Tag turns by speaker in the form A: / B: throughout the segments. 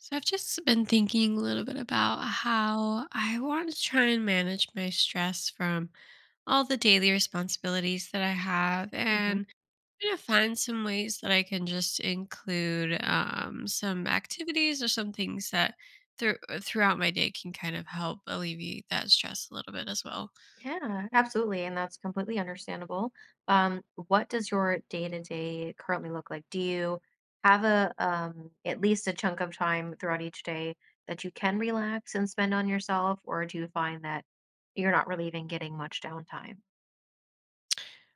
A: So I've just been thinking a little bit about how I want to try and manage my stress from all the daily responsibilities that I have
B: hmm
A: and kind of find some ways that I can just include some activities or some things that throughout my day can kind of help alleviate that stress a little bit as well.
B: Yeah, absolutely. And that's completely understandable. What does your day to day currently look like? Do you have a at least a chunk of time throughout each day that you can relax and spend on yourself, or do you find that you're not really even getting much downtime?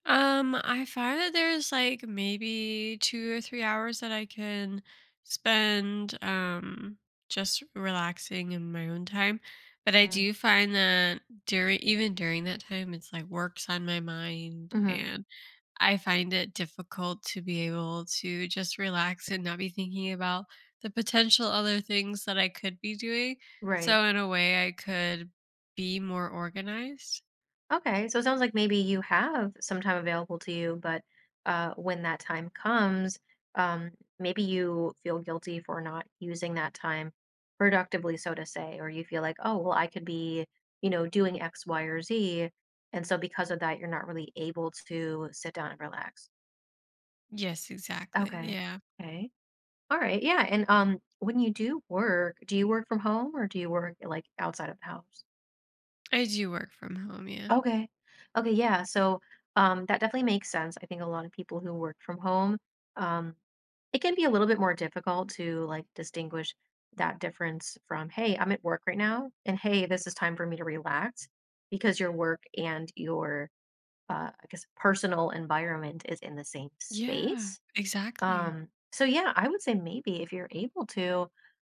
A: I find that there's like maybe 2 or 3 hours that I can spend just relaxing in my own time. But I
B: Mm-hmm.
A: do find that during even during that time it's like works on my mind,
B: Mm-hmm.
A: and I find it difficult to be able to just relax and not be thinking about the potential other things that I could be doing.
B: Right.
A: So in a way I could be more organized.
B: Okay, so it sounds like maybe you have some time available to you, but when that time comes, um, maybe you feel guilty for not using that time productively, so to say, or you feel like, oh, well, I could be, you know, doing X, Y, or Z. And so because of that, you're not really able to sit down and relax.
A: Yes, exactly.
B: Okay.
A: Yeah.
B: Okay. All right. Yeah. And when you do work, do you work from home or do you work like outside of the house?
A: I do work from home, yeah.
B: Okay. Okay, yeah. So, that definitely makes sense. I think a lot of people who work from home, um, it can be a little bit more difficult to like distinguish that difference from, hey, I'm at work right now, and hey, this is time for me to relax because your work and your, I guess, personal environment is in the same
A: Yeah.
B: space.
A: Exactly.
B: So yeah, I would say maybe if you're able to.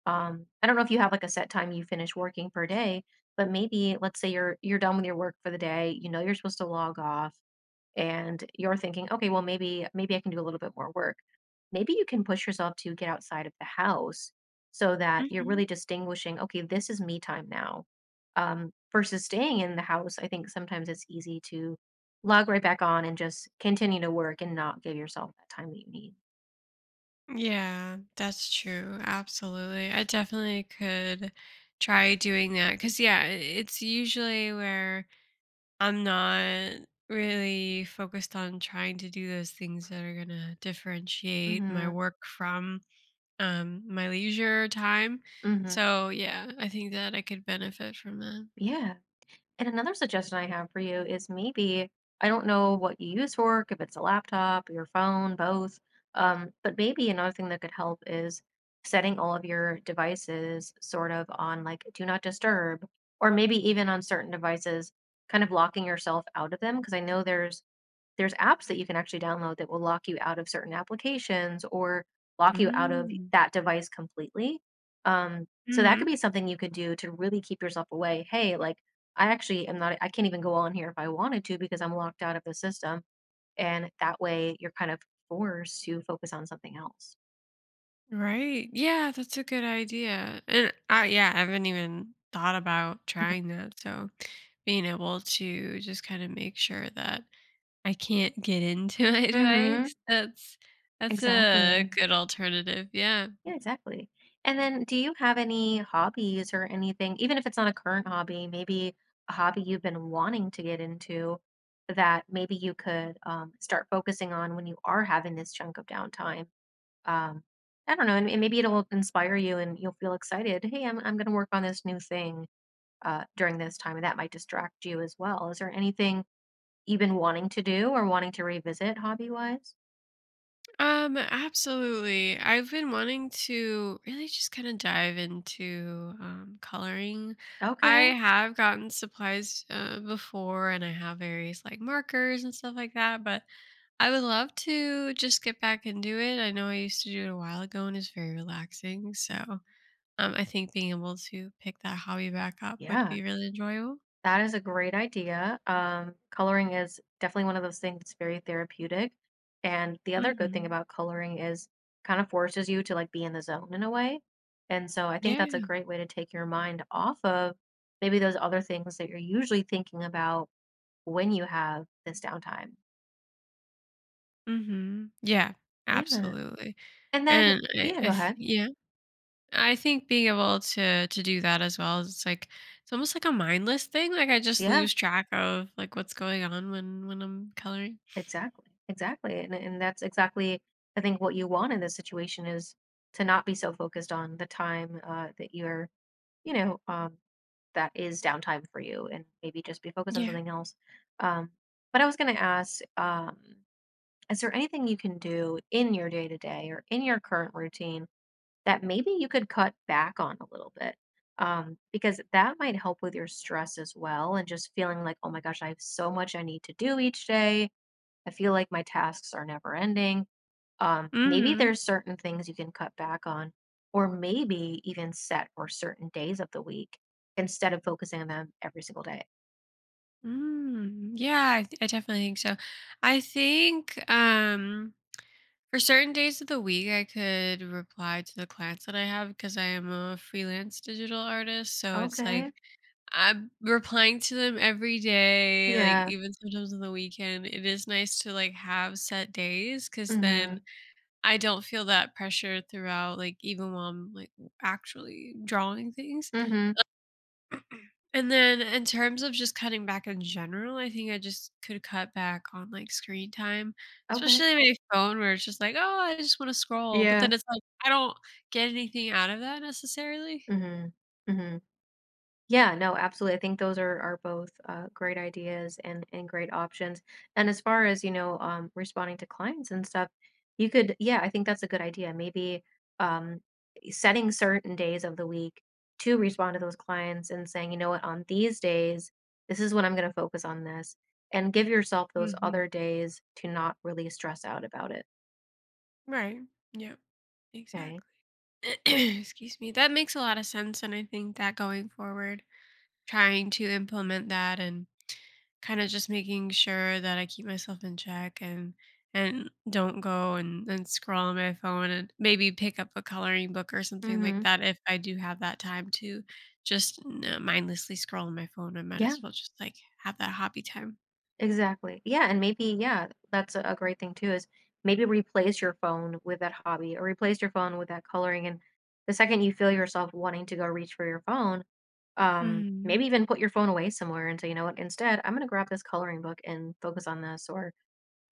B: I don't know if you have like a set time you finish working per day, but maybe let's say you're done with your work for the day, you know you're supposed to log off and you're thinking, okay, well maybe I can do a little bit more work. Maybe you can push yourself to get outside of the house so that you're
A: Mhm.
B: really distinguishing, okay, this is me time now. Versus staying in the house, I think sometimes it's easy to log right back on and just continue to work and not give yourself that time that you need.
A: Yeah, that's true. Absolutely. I definitely could try doing that because, yeah, it's usually where I'm not really focused on trying to do those things that are going to differentiate my
B: Mhm.
A: work from my leisure time.
B: Mhm.
A: So, yeah, I think that I could benefit from that.
B: Yeah. And another suggestion I have for you is maybe I don't know what you use for work, if it's a laptop, your phone, both. But maybe another thing that could help is setting all of your devices sort of on like do not disturb, or maybe even on certain devices, kind of locking yourself out of them. Because I know there's apps that you can actually download that will lock you out of certain applications or lock you out of
A: Mm.
B: that device completely. So that could
A: Hmm.
B: be something you could do to really keep yourself away. Hey, like I actually am not, I can't even go on here if I wanted to because I'm locked out of the system. And that way you're kind of forced to focus on something else.
A: Right. Yeah, that's a good idea. And I, yeah, I haven't even thought about trying
B: mm
A: that. So being able to just kind of make sure that I can't get into my
B: Mm-hmm.
A: device. That's a
B: Exactly.
A: good alternative. Yeah.
B: Yeah, exactly. And then do you have any hobbies or anything, even if it's not a current hobby, maybe a hobby you've been wanting to get into that maybe you could start focusing on when you are having this chunk of downtime? Um, I don't know, and maybe it'll inspire you and you'll feel excited. Hey, I'm going to work on this new thing during this time, and that might distract you as well. Is there anything you've been wanting to do or wanting to revisit hobby wise?
A: Absolutely. I've been wanting to really just kind of dive into coloring. I
B: Okay.
A: have gotten supplies before, and I have various like markers and stuff like that, but I would love to just get back and do it. I know I used to do it a while ago and it's very relaxing. So I think being able to pick that hobby back up would
B: Yeah.
A: be really enjoyable.
B: That is a great idea. Coloring is definitely one of those things that's very therapeutic. And the other good thing
A: Hmm.
B: about coloring is kind of forces you to like be in the zone in a way. And so I think that's a
A: Yeah.
B: great way to take your mind off of maybe those other things that you're usually thinking about when you have this downtime.
A: Hmm. Yeah.
B: Yeah.
A: Absolutely.
B: And then,
A: And
B: yeah, go
A: I th-
B: ahead.
A: yeah, I think being able to do that as well, is it's like it's almost like a mindless thing. Like I just
B: Yeah,
A: lose track of like what's going on when I'm coloring.
B: exactly. Exactly. And that's exactly, I think, what you want in this situation is to not be so focused on the time that you're you know, um, that is downtime for you and maybe just be focused on
A: Yeah.
B: something else. Um, but I was going to ask, is there anything you can do in your day to day or in your current routine that maybe you could cut back on a little bit? Because that might help with your stress as well and just feeling like, oh my gosh, I have so much I need to do each day. I feel like my tasks are never ending. Maybe
A: Hmm.
B: there's certain things you can cut back on, or maybe even set for certain days of the week instead of focusing on them every single day.
A: Mm, yeah, I definitely think so. I think for certain days of the week, I could reply to the clients that I have because I am a freelance digital artist. So it's like
B: Okay.
A: I'm replying to them every day, like
B: Yeah.
A: even sometimes on the weekend. It is nice to like have set days because then
B: Mm-hmm.
A: I don't feel that pressure throughout, like even while I'm like actually drawing things.
B: Mm-hmm.
A: And then in terms of just cutting back in general, I think I just could cut back on, like, screen time,
B: Okay.
A: especially my phone where it's just like, "Oh, I just wanna scroll," but
B: Yeah.
A: then it's like, I don't get anything out of that necessarily.
B: Mm-hmm. Mm-hmm. Yeah, no, absolutely. I think those are both great ideas and great options. And as far as you know, responding to clients and stuff, you could, yeah, I think that's a good idea. Maybe um, setting certain days of the week to respond to those clients and saying, you know what, on these days, this is when I'm going to focus on this, and give yourself those
A: Mhm.
B: other days to not really stress out about it.
A: Right. Yep.
B: Okay.
A: Exactly. Excuse me. That makes a lot of sense, and I think that going forward trying to implement that and kind of just making sure that I keep myself in check, and don't go and scroll on my phone and maybe pick up a coloring book or something like
B: Mm-hmm.
A: that if I do have that time to just mindlessly scroll on my phone. I might
B: Yeah.
A: as well just like have that hobby time.
B: Exactly. Yeah, and maybe yeah, that's a great thing too is maybe replace your phone with that hobby or replace your phone with that coloring and the second you feel yourself wanting to go reach for your phone,
A: Hmm.
B: maybe even put your phone away somewhere and say, you know what, instead, I'm going to grab this coloring book and focus on this or,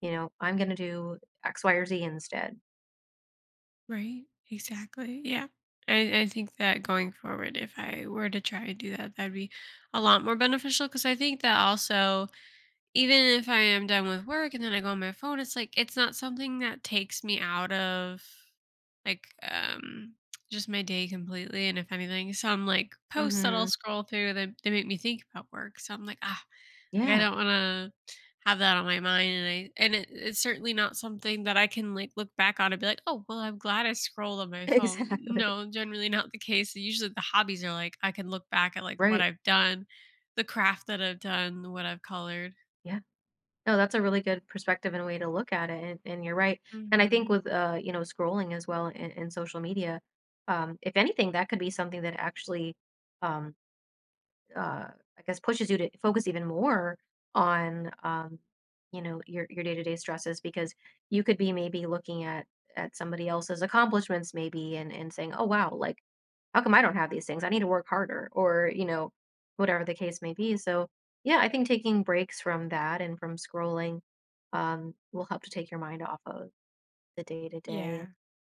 B: you know, I'm going to do X, Y, or Z instead.
A: Right. Exactly. Yeah. I think that going forward, if I were to try and do that, that'd be a lot more beneficial because I think that also, even if I am done with work and then I go on my phone, it's like it's not something that takes me out of like just my day completely. And if anything, some like posts that I'll
B: Mhm.
A: scroll through, that they make me think about work, so I'm like, ah, like I
B: Yeah,
A: don't want to have that on my mind. And it, it's certainly not something that I can like look back on and be like, oh, well, I'm glad I scrolled on my phone.
B: exactly.
A: No, generally not the case. Usually the hobbies are like I can look back at like what
B: Right.
A: I've done, the craft that I've done, what I've colored.
B: Yeah. No, that's a really good perspective and way to look at it, and you're right. And I think
A: Mhm.
B: with you know, scrolling as well in social media, if anything, that could be something that actually um, uh, I guess pushes you to focus even more on you know your day to day stresses because you could be maybe looking at somebody else's accomplishments maybe and saying oh wow like how come I don't have these things. I need to work harder or you know whatever the case may be. So yeah, I think taking breaks from that and from scrolling will help to take your mind off of the day to day and
A: Yeah,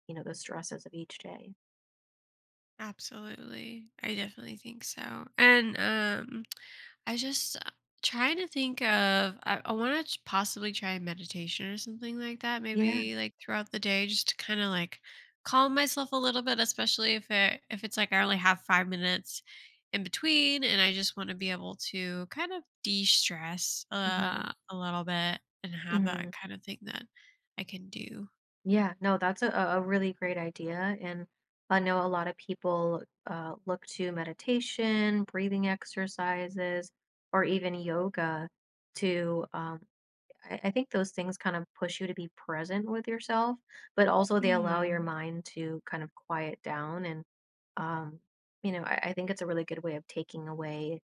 B: you know the stresses of each day.
A: absolutely. I definitely think so. And I just trying to think of, I want to possibly try meditation or something like that
B: Yeah.
A: maybe like throughout the day just to kind of like calm myself a little bit, especially if it if it's like I only have 5 minutes in between and I just want to be able to kind of de-stress
B: hmm
A: a little bit and have that
B: hmm
A: kind of thing that I can do.
B: Yeah, no, that's a really great idea. And I know a lot of people look to meditation, breathing exercises, or even yoga to I think those things kind of push you to be present with yourself, but also they allow your mind to kind of quiet down. And, um, you know, I think it's a really good way of taking away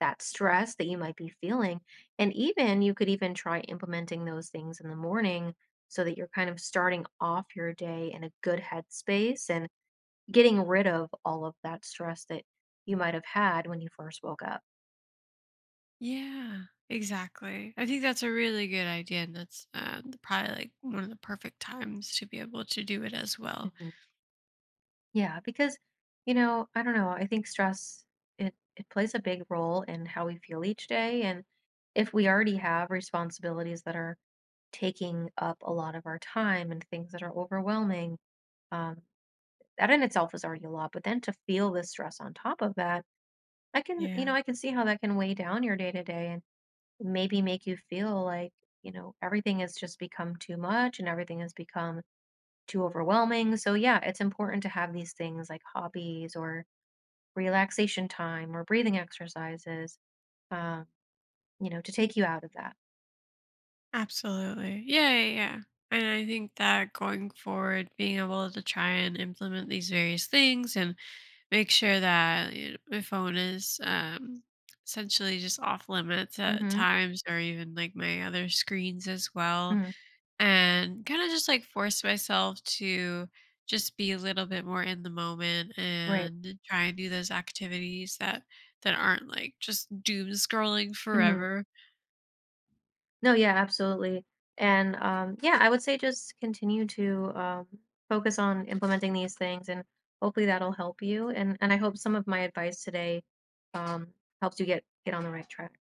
B: that stress that you might be feeling. And even you could even try implementing those things in the morning so that you're kind of starting off your day in a good headspace and getting rid of all of that stress that you might have had when you first woke up.
A: Yeah, exactly. I think that's a really good idea, and that's probably like one of the perfect times to be able to do it as well.
B: Mhm. Yeah, because you know, I don't know, I think stress it plays a big role in how we feel each day. And if we already have responsibilities that are taking up a lot of our time and things that are overwhelming, um that in itself is already a lot, but then to feel the stress on top of that, I can, you
A: Yeah,
B: know, I can see how that can weigh down your day to day and maybe make you feel like, you know, everything has just become too much and everything has become too overwhelming. So yeah, it's important to have these things like hobbies or relaxation time or breathing exercises, um, you know, to take you out of that.
A: absolutely. Yeah, yeah, yeah. And I think that going forward, being able to try and implement these various things and make sure that, you know, my phone is essentially just off limits at
B: hmm
A: times, or even like my other screens as well,
B: hmm
A: and kind of just like force myself to just be a little bit more in the moment
B: Right.
A: and try and do those activities that aren't like just doom scrolling
B: hmm
A: forever.
B: No, yeah, absolutely. And yeah, I would say just continue to focus on implementing these things, and hopefully that'll help you. And I hope some of my advice today um, helps you get on the right track.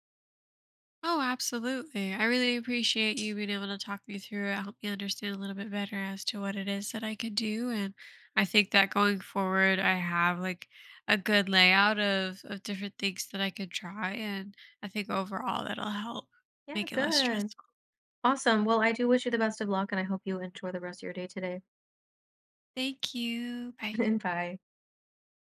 A: Oh, absolutely. I really appreciate you being able to talk me through it, help me understand a little bit better as to what it is that I could do. And I think that going forward, I have like a good layout of different things that I could try. And I think overall that'll help
B: Yeah,
A: make it less
B: good,
A: stressful.
B: awesome. Well, I do wish you the best of luck, and I hope you enjoy the rest of your day today.
A: Thank you. Bye.
B: and bye.